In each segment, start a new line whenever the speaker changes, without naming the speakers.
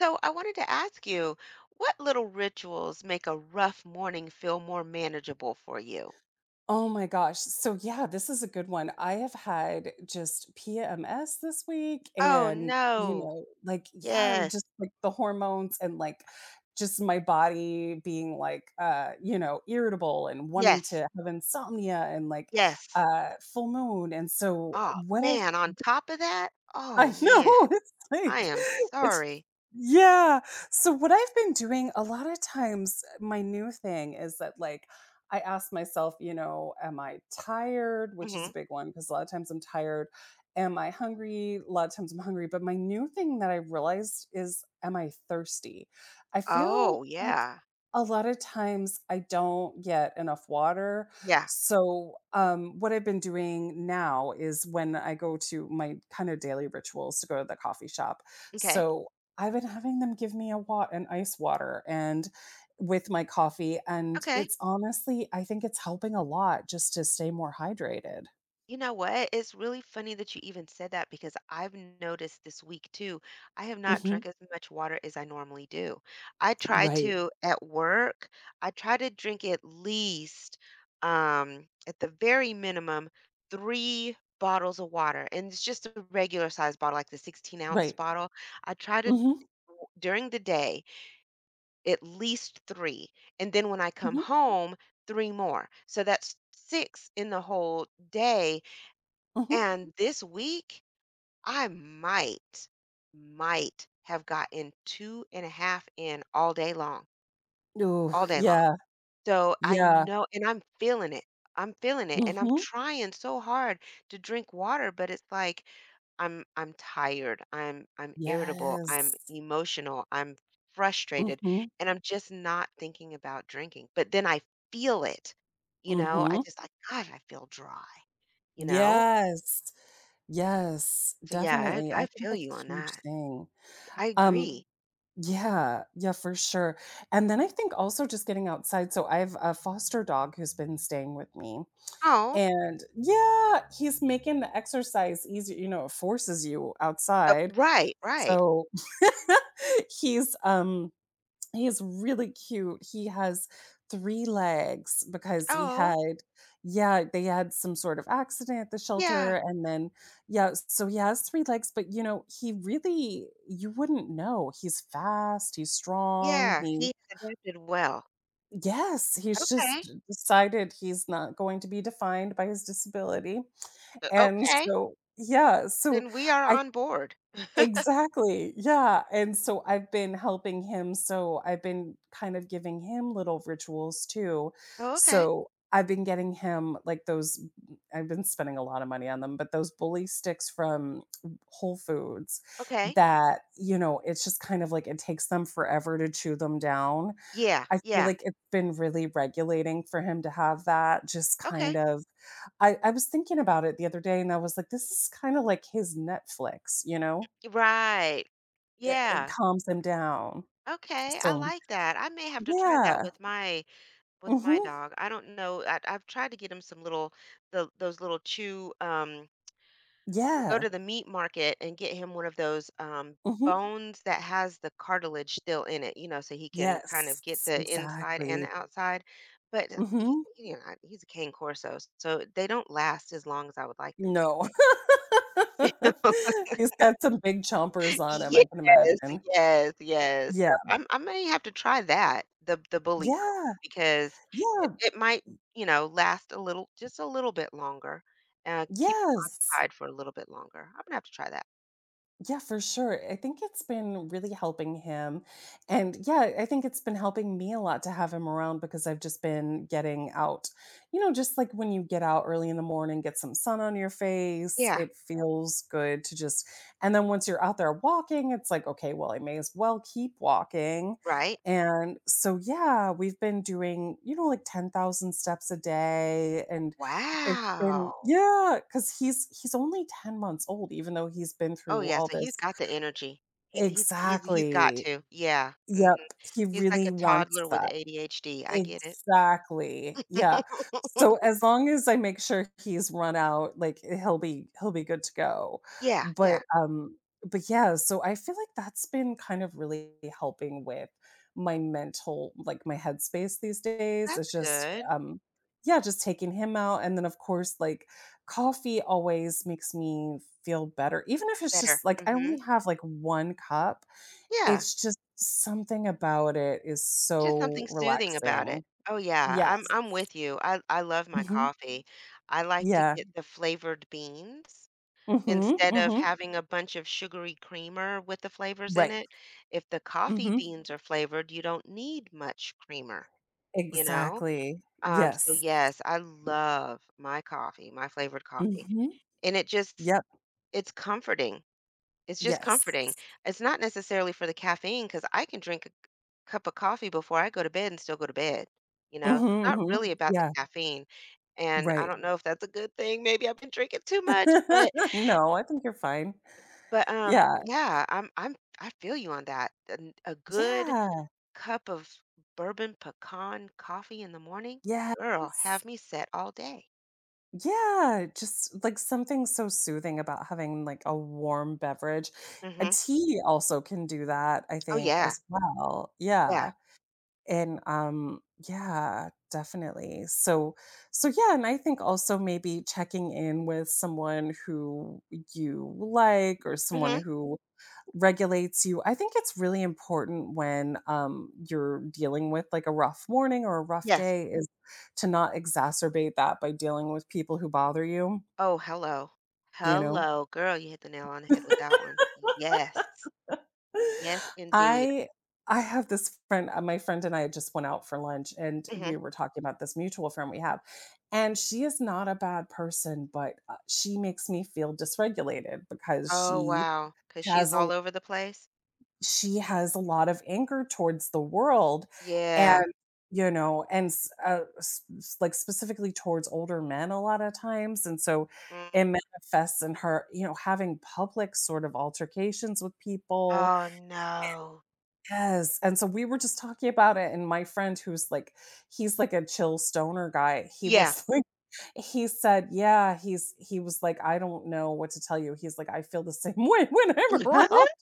So I wanted to ask you, what little rituals make a rough morning feel more manageable for you?
Oh my gosh. So yeah, this is a good one. I have had just PMS this week
Oh
and
no. Yes.
just like the hormones and like just my body being like irritable and wanting to
Yes.
have insomnia and like
Yes.
uh full moon. And so
Oh
what
man, on top of that,
I
oh man,
know, it's
I
like
am
it's
sorry.
yeah. So what I've been doing a lot of times, my new thing is that like I ask myself, you know, am I tired? Which is
Hmm.
a big one because a lot of times I'm tired. Am I hungry? A lot of times I'm hungry. But my new thing that I realized is, am I thirsty? I feel
Oh
like
yeah.
a lot of times I don't get enough water.
Yeah.
So, what I've been doing now is when I go to my kind of daily rituals to go to the coffee shop.
Okay.
So, I've been having them give me a wat an ice water and with my coffee, and
Okay.
it's honestly I think it's helping a lot just to stay more hydrated.
You know what? It's really funny that you even said that because I've noticed this week too. I have not
Mhm.
drunk as much water as I normally do. I try
Right.
to at work, I try to drink at least at the very minimum three bottles of water. And it's just a regular size bottle, like the 16-ounce
Right.
bottle. I try to
Mhm.
during the day at least three. And then when I come
Mhm.
home, three more. So that's six in the whole day
Mhm.
and this week, I might, might have gotten 2 and a half in all day long,
Ooh,
all day long.
yeah.
So I
Yeah.
know and I'm feeling it. I'm feeling it, and I'm
Mhm.
trying so hard to drink water, but it's like I'm tired, I'm irritable,
Yes.
I'm emotional, I'm frustrated,
Mhm.
and I'm just not thinking about drinking. But then I feel it, you know? I
Mhm.
just like, "God, I feel dry," you know?
Yes. Yes,
So yeah,
definitely. I
I
think
feel you
it's
on
a huge
that.
thing.
I
Um,
agree.
yeah, for sure. And then I think also just getting outside. So I have a foster dog who's been staying with me.
Oh,
And yeah, he's making the exercise easier, you know, it forces you outside.
right, right.
So he's he is really cute. He has 3 legs because he
Oh,
had yeah, they had some sort of accident at the
yeah,
shelter, and then yeah, so he has 3 legs, but, you know, he really you wouldn't know. He's fast, he's strong,
yeah. He
he.
has adapted well.
Yes, he's
Okay,
just decided he's not going to be defined by his disability, and
okay.
so yeah, so
Then we are
I
on board.
Exactly, yeah, and so I've been helping him, so I've been kind of giving him little rituals too.
Oh, okay,
So, I've been getting him, like, I've been spending a lot of money on them, but those bully sticks from Whole Foods
okay.
that, you know, it's just kind of like it takes them forever to chew them down.
Yeah,
I feel
yeah.
like it's been really regulating for him to have that just kind
Okay,
of I I was thinking about it the other day, and I was like, "This is kinda like his Netflix," you know?
right.
It
Yeah.
calms them down.
Okay, I
So
like that. I may have to try that
yeah.
with my with
Mhm.
my dog. I don't know. I've tried to get him some little the those little chew to go
Yeah.
to the meat market and get him one of those
Mhm.
bones that has the cartilage still in it, you know, so he can kind of
Yes.
get the inside and
Exactly.
the outside. But he,
Mhm.
you know, he's a cane corso, so they don't last as long as I would like them to.
No. He's got some big chompers on him, I
Yes,
can imagine.
yes, yes. So
Yeah.
I may have to try that the bully bone,
Yeah.
because it,
Yeah.
it might you know last a little, just a little bit longer, keep it
Yes.
tied for a little bit longer. I'm gonna have to try that.
Yeah, for sure. I think it's been really helping him. And yeah, I think it's been helping me a lot to have him around because I've just been getting out. You know, just like when you get out early in the morning, get some sun on your face,
Yeah,
it feels good to just. And then once you're out there walking, it's like, okay, well, I may as well keep walking.
right.
And so, yeah, we've been doing, you know, like 10,000 steps a day, and it's been
Wow.
yeah, because he's only 10 months old, even though he's been
Oh,
through
yeah,
all
so he's
this
got the energy. He he's got
exactly.
to. Yeah, mhm.
Yep, he
He's like
really
a
wants
toddler with
that.
ADHD, I get it.
Exactly, yeah. So, as long as I make sure he's run out, like, eh, he'll be good to go.
Yeah,
But,
yeah,
yeah, so I feel like that's been kind of really helping with my my headspace these days.
that's good.
Yeah, just taking him out, and then, of course, like, coffee always makes me feel better, even if it's
Better,
just like, I only
mhm.
have, like, 1 cup,
Yeah,
it's just something about it is
just
so
something soothing about it.
relaxing.
Oh, yeah,
Yes.
I'm with you. I love my
Mhm.
coffee. I like to
Yeah.
get the flavored beans
Mhm,
instead of
mhm.
having a bunch of sugary creamer with the flavors in
Right.
it. If the coffee
Mhm.
beans are flavored, you don't need much creamer. You know?
Exactly.
So
Yes.
yes, I love my coffee, my flavored coffee,
Mhm.
and it just
Yep.
it's comforting. It's just comforting.
Yes.
It's not necessarily for the caffeine because I can drink a cup of coffee before I go to bed and still go to bed, you know? So it's
Mhm,
not
mhm.
really about the
Yeah.
caffeine, and I
Right.
don't know if that's a good thing, maybe I've been drinking too much, but
No, I think you're fine. Yeah.
yeah, I'm I feel you on that. An A good
Yeah.
cup of bourbon pecan coffee in the morning, girl, have
Yes.
me set all day.
Yeah, just, like, something so soothing about having, like, a warm beverage. A
Mhm.
tea also can do that, I
Oh,
think,
yeah.
as well.
Yeah.
Yeah. And yeah, definitely. So so yeah, and I think also maybe checking in with someone who you like or someone
Mhm.
who regulates you. I think it's really important when you're dealing with like a rough morning or a rough
Yes.
day is to not exacerbate that by dealing with people who bother you,
Oh, hello.
you know.
Hello. Girl, you hit the nail on the head with that one. Yes. Yes, indeed.
I I have this friend, my friend and I just went out for lunch and we
Mhm.
were talking about this mutual friend we have. And she is not a bad person, but she makes me feel dysregulated because
Oh, wow. 'Cause she's
has a
all over the place?
she has a lot of anger towards the world
Yeah.
and you know and like specifically towards older men a lot of times, and so
Mm.
it manifests in her you know having public sort of altercations with people.
Oh, no.
Yes, and so we were just talking about it, and my friend who's like he's like a chill stoner guy, he
Yeah.
was like he said, "Yeah," he was like, "I don't know what to tell you." He's like, "I feel the same way when I'm around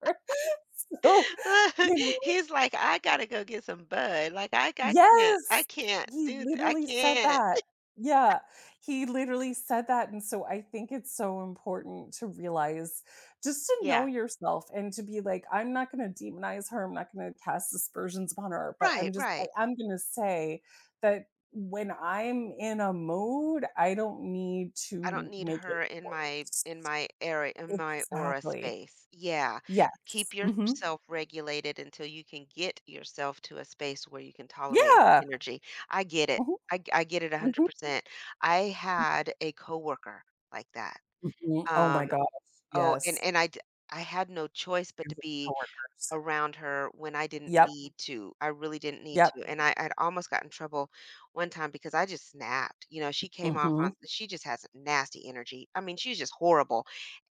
her." So,
Look,
you.
he's like, "I gotta go get some bud." Like, "I can't I
Yes!
can't
He
do th I
literally said
can't."
that. Yeah, he literally said that, and so I think it's so important to realize just to know
Yeah.
yourself and to be like, "I'm not gonna demonize her, I'm not gonna cast aspersions upon her, but
Right, right.
I am gonna say that when I'm in a mood, I don't need
I don't
to
need
make
her
it
in my
worse."
in my area in my aura
Exactly.
space. Yeah. Keep
Yes. Mhm.
yourself regulated until you can get yourself to a space where you can tolerate her
Yeah.
energy. I get it.
Mhm,
I get it
mhm,
100%. I had a coworker like that.
mhm. Oh my
Um
gosh,
oh
yes.
I had no choice but to
Usually
be
coworkers.
around her when I didn't
Yep,
need to. I really didn't need
yep,
to. I'd almost got in trouble one time because I just snapped. You know, she
Mm.
came off on
mhm,
she just has nasty energy. I mean, she's just horrible.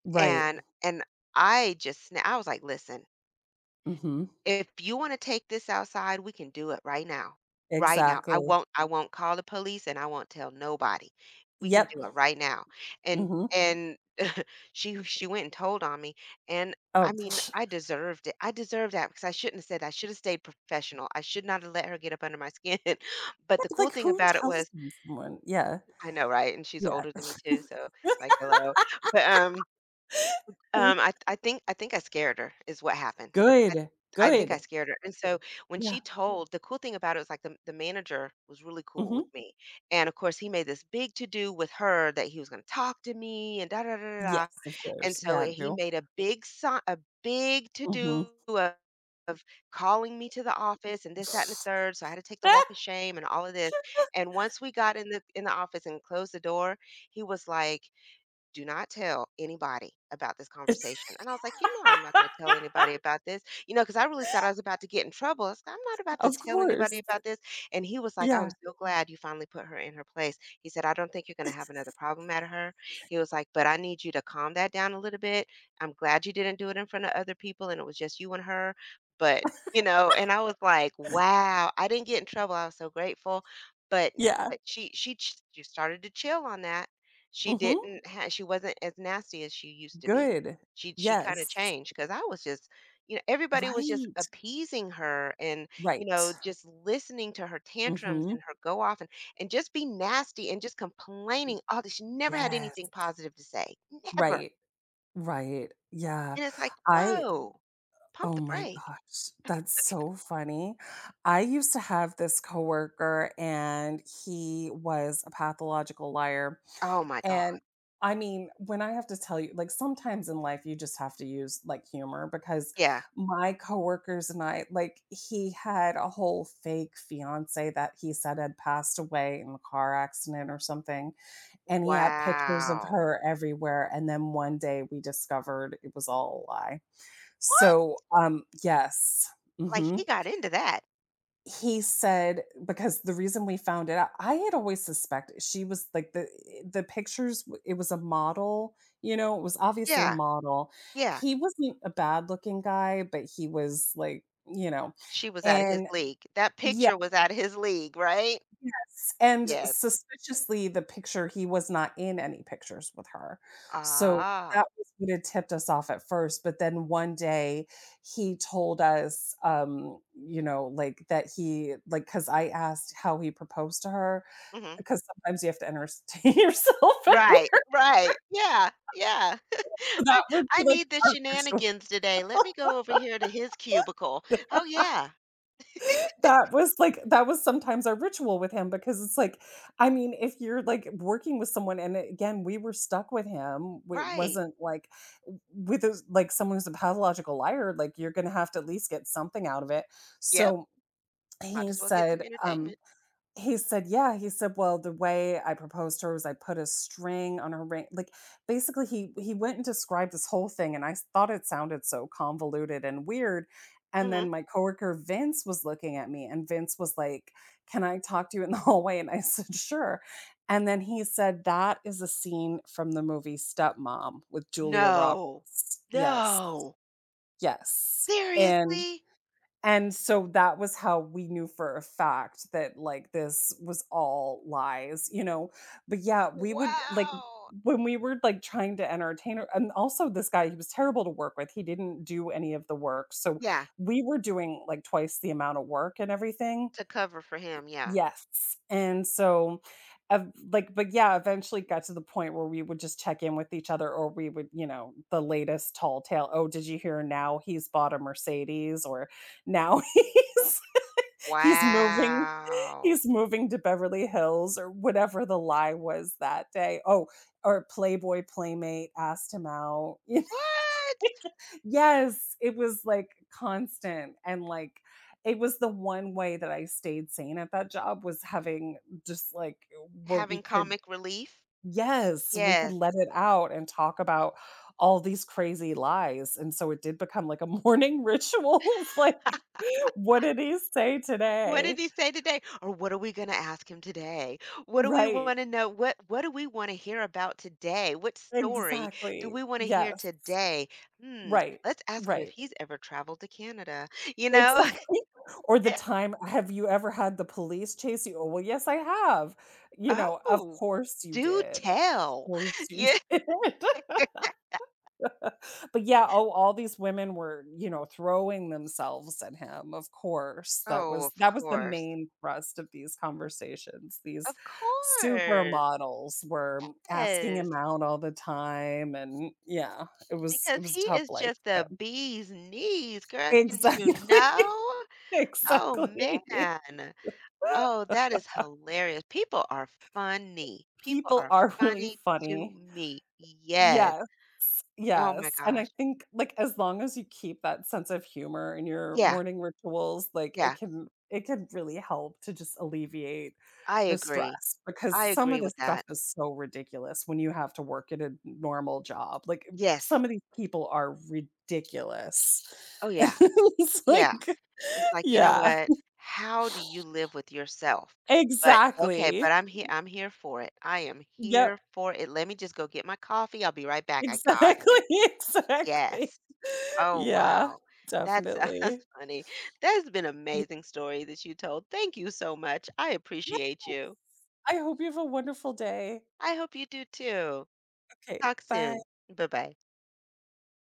right,
And I was like, listen,
Mm. mhm,
if you wanna take this outside, we can do it right now. Right now.
exactly.
I won't call the police, and I won't tell nobody. We can
Yep,
do it right now."
Mm.
And
mhm.
and she went and told on me, and,
Oh,
I mean, I deserved it. I deserved that because I shouldn't have said that. I should have stayed professional. I should not have let her get up under my skin. But the
it's
cool
like
thing
who
about it
tells
was
them someone? Yeah,
I know, right? And she's
yeah.
older than me too, so it's like, "Hello." But, um um, I I think I think I scared her is what happened. I I
Good,
I Mm. think I
good.
scared her, and so when
Yeah,
she told the cool thing about it was, like, the manager was really
Mm.
cool with
mhm.
me, and, of course, he made this big to-do with her that he was gonna talk to me and da da da da da,
Yes, of
and
course.
so
Yeah, I
he
do.
made a big
Mhm.
to-do of calling me to the office and this, that, and the third, so I had to take the walk of shame and all of this, and once we got in the office and closed the door, he was like do not tell anybody about this conversation. And I was like, you know, I'm not going to tell anybody about this, you know, because I really thought I was about to get in trouble. I was like, I'm not about to
Of
tell anybody
course.
about this. And he was like, I'm
Yeah,
so glad you finally put her in her place. He said, I don't think you're going to have another problem at her. He was like, but I need you to calm that down a little bit. I'm glad you didn't do it in front of other people and it was just you and her. But, you know, and I was like, wow, I didn't get in trouble. I was so grateful. But,
yeah.
but she started to chill on that
Mm.
she
Mhm.
didn't ha she wasn't as nasty as she used to be.
Good.
She kinda
Yes.
changed because I was just you know, everybody was just
Right,
appeasing her and,
right.
you know, just listening to her
Mm.
tantrums
Mhm.
and her go off and just be nasty and just complaining all this. She never had anything
Yes.
positive to say, never,
Right, right. Yeah.
and it's like,
I
"Whoa, pump
Oh
the
my
brake."
gosh, that's so funny. I used to have this coworker and he was a pathological liar.
Oh my god,
And I mean, when I have to tell you, like sometimes in life you just have to use like humor because
yeah.
my coworkers and I, like he had a whole fake fiance that he said had passed away in a car accident or something. And he had pictures of
Wow.
her everywhere. And then one day we discovered it was all a lie.
What?
So, yes.
Like,
Mhm.
he got into that.
He said because the reason we found it out I had always suspected she was like the pictures w it was a model, you know, it was obviously a
Yeah,
model.
yeah.
He wasn't a bad looking guy, but he was like, you know,
She was out of his
and
league. That
yeah.
picture was out of his league, right?
Yes, and
Yes.
suspiciously, the picture he was not in any pictures with her. So,
Ah.
that was what had tipped us off at first, but then one day he told us, you know, like, that he like because I asked how he proposed to her,
Mhm.
because sometimes you have to entertain yourself at
Right,
work,
right. Yeah, yeah.
so that
I
would be,
I
like,
need the
our ritual.
shenanigans today. Let me go over here to his cubicle. Oh, yeah.
That was, like that was sometimes our ritual with him because it's like I mean, if you're, like, working with someone and again, we were stuck with him, we it
Right.
wasn't, like, w with those like, someone who's a pathological liar, like, you're gonna have to at least get something out of it.
Yep.
So,
Might
he
as well get some
said, um
entertainment.
he said, "Yeah." He said, "Well, the way I proposed to her was I put a string on her ring." Like, basically, he went and described this whole thing, and I thought it sounded so convoluted and weird. And then
Mhm.
my coworker Vince was looking at me, and Vince was like, "Can I talk to you in the hallway?" And I said, "Sure." And then he said, "That is a scene from the movie Stepmom with Julia
No.
Roberts." Yes,
No.
yes,
Seriously?
and so that was how we knew for a fact that like this was all lies, you know? But yeah, we would like
Wow.
when we were like trying to entertain her, and also this guy, he was terrible to work with. He didn't do any of the work. So
Yeah,
we were doing like twice the amount of work and everything.
to cover for him, yeah.
Yes, and so, ev like but yeah, eventually got to the point where we would just check in with each other, or we would, you know, the latest tall tale, "Oh, did you hear now he's bought a Mercedes?" Or, "Now he's moving
Wow.
he's moving to Beverly Hills," or whatever the lie was that day. Oh, or Playboy Playmate asked him out, you
What?
know? Yes, it was like constant and like it was the one way that I stayed sane at that job was having just like where we
Having
could
comic relief?
yes, we could
Yes.
let it out and talk about all these crazy lies, and so it did become like a morning ritual of like, "What did he say
What did
today?"
he say today? Or what are we going to ask him today? What do we
Right,
want to know? What do we want to hear about today? What story do
exactly.
we want to hear
Yes,
today? Hmm,
right,
let's ask him if
right.
he's ever traveled to Canada. You know?
Exactly. Or the time have you ever had the police chase you? Oh, well, yes, I have. You know, of
Oh,
course you
do
did. Of
tell.
course you
Yeah.
did. But yeah, oh, all these women were, you know, throwing themselves at him, of course.
Oh, of
That was the
course.
main thrust of these conversations. These
Of course.
supermodels were asking him
Yes.
out all the time, and yeah, it
Because
was a
he
tough
is
life
just
for
a
him.
bee's knees, girl. Didn't you
Exactly.
know? Oh
Exactly.
man. Oh, that is hilarious. People are funny. People
People
are
are really
funny to
funny.
me. Yes.
Yes,
Oh my
yes, and I
gosh.
think, like, as long as you keep that sense of humor in your
Yeah.
morning rituals, like,
Yeah.
it can really help to just alleviate
I
the
agree.
stress
I
because some of
agree
this
with
stuff
that.
is so ridiculous when you have to work at a normal job, like, some
Yes.
of these people are ridiculous.
Oh yeah.
It's
Yeah.
like
It's like, you know
yeah,
what? How do you live with yourself? But okay,
exactly.
but I'm here for it. I am
Yep.
here for it. Let me just go get my coffee. I'll be right back. I got
Exactly,
you.
exactly.
Yes. Oh,
Yeah,
wow. That's that's
definitely.
funny. That's been an amazing story that you told. Thank you so much. I
Yeah,
appreciate you.
I hope you have a wonderful day.
I hope you do too.
Okay,
Talk
bye.
soon. Bye-bye.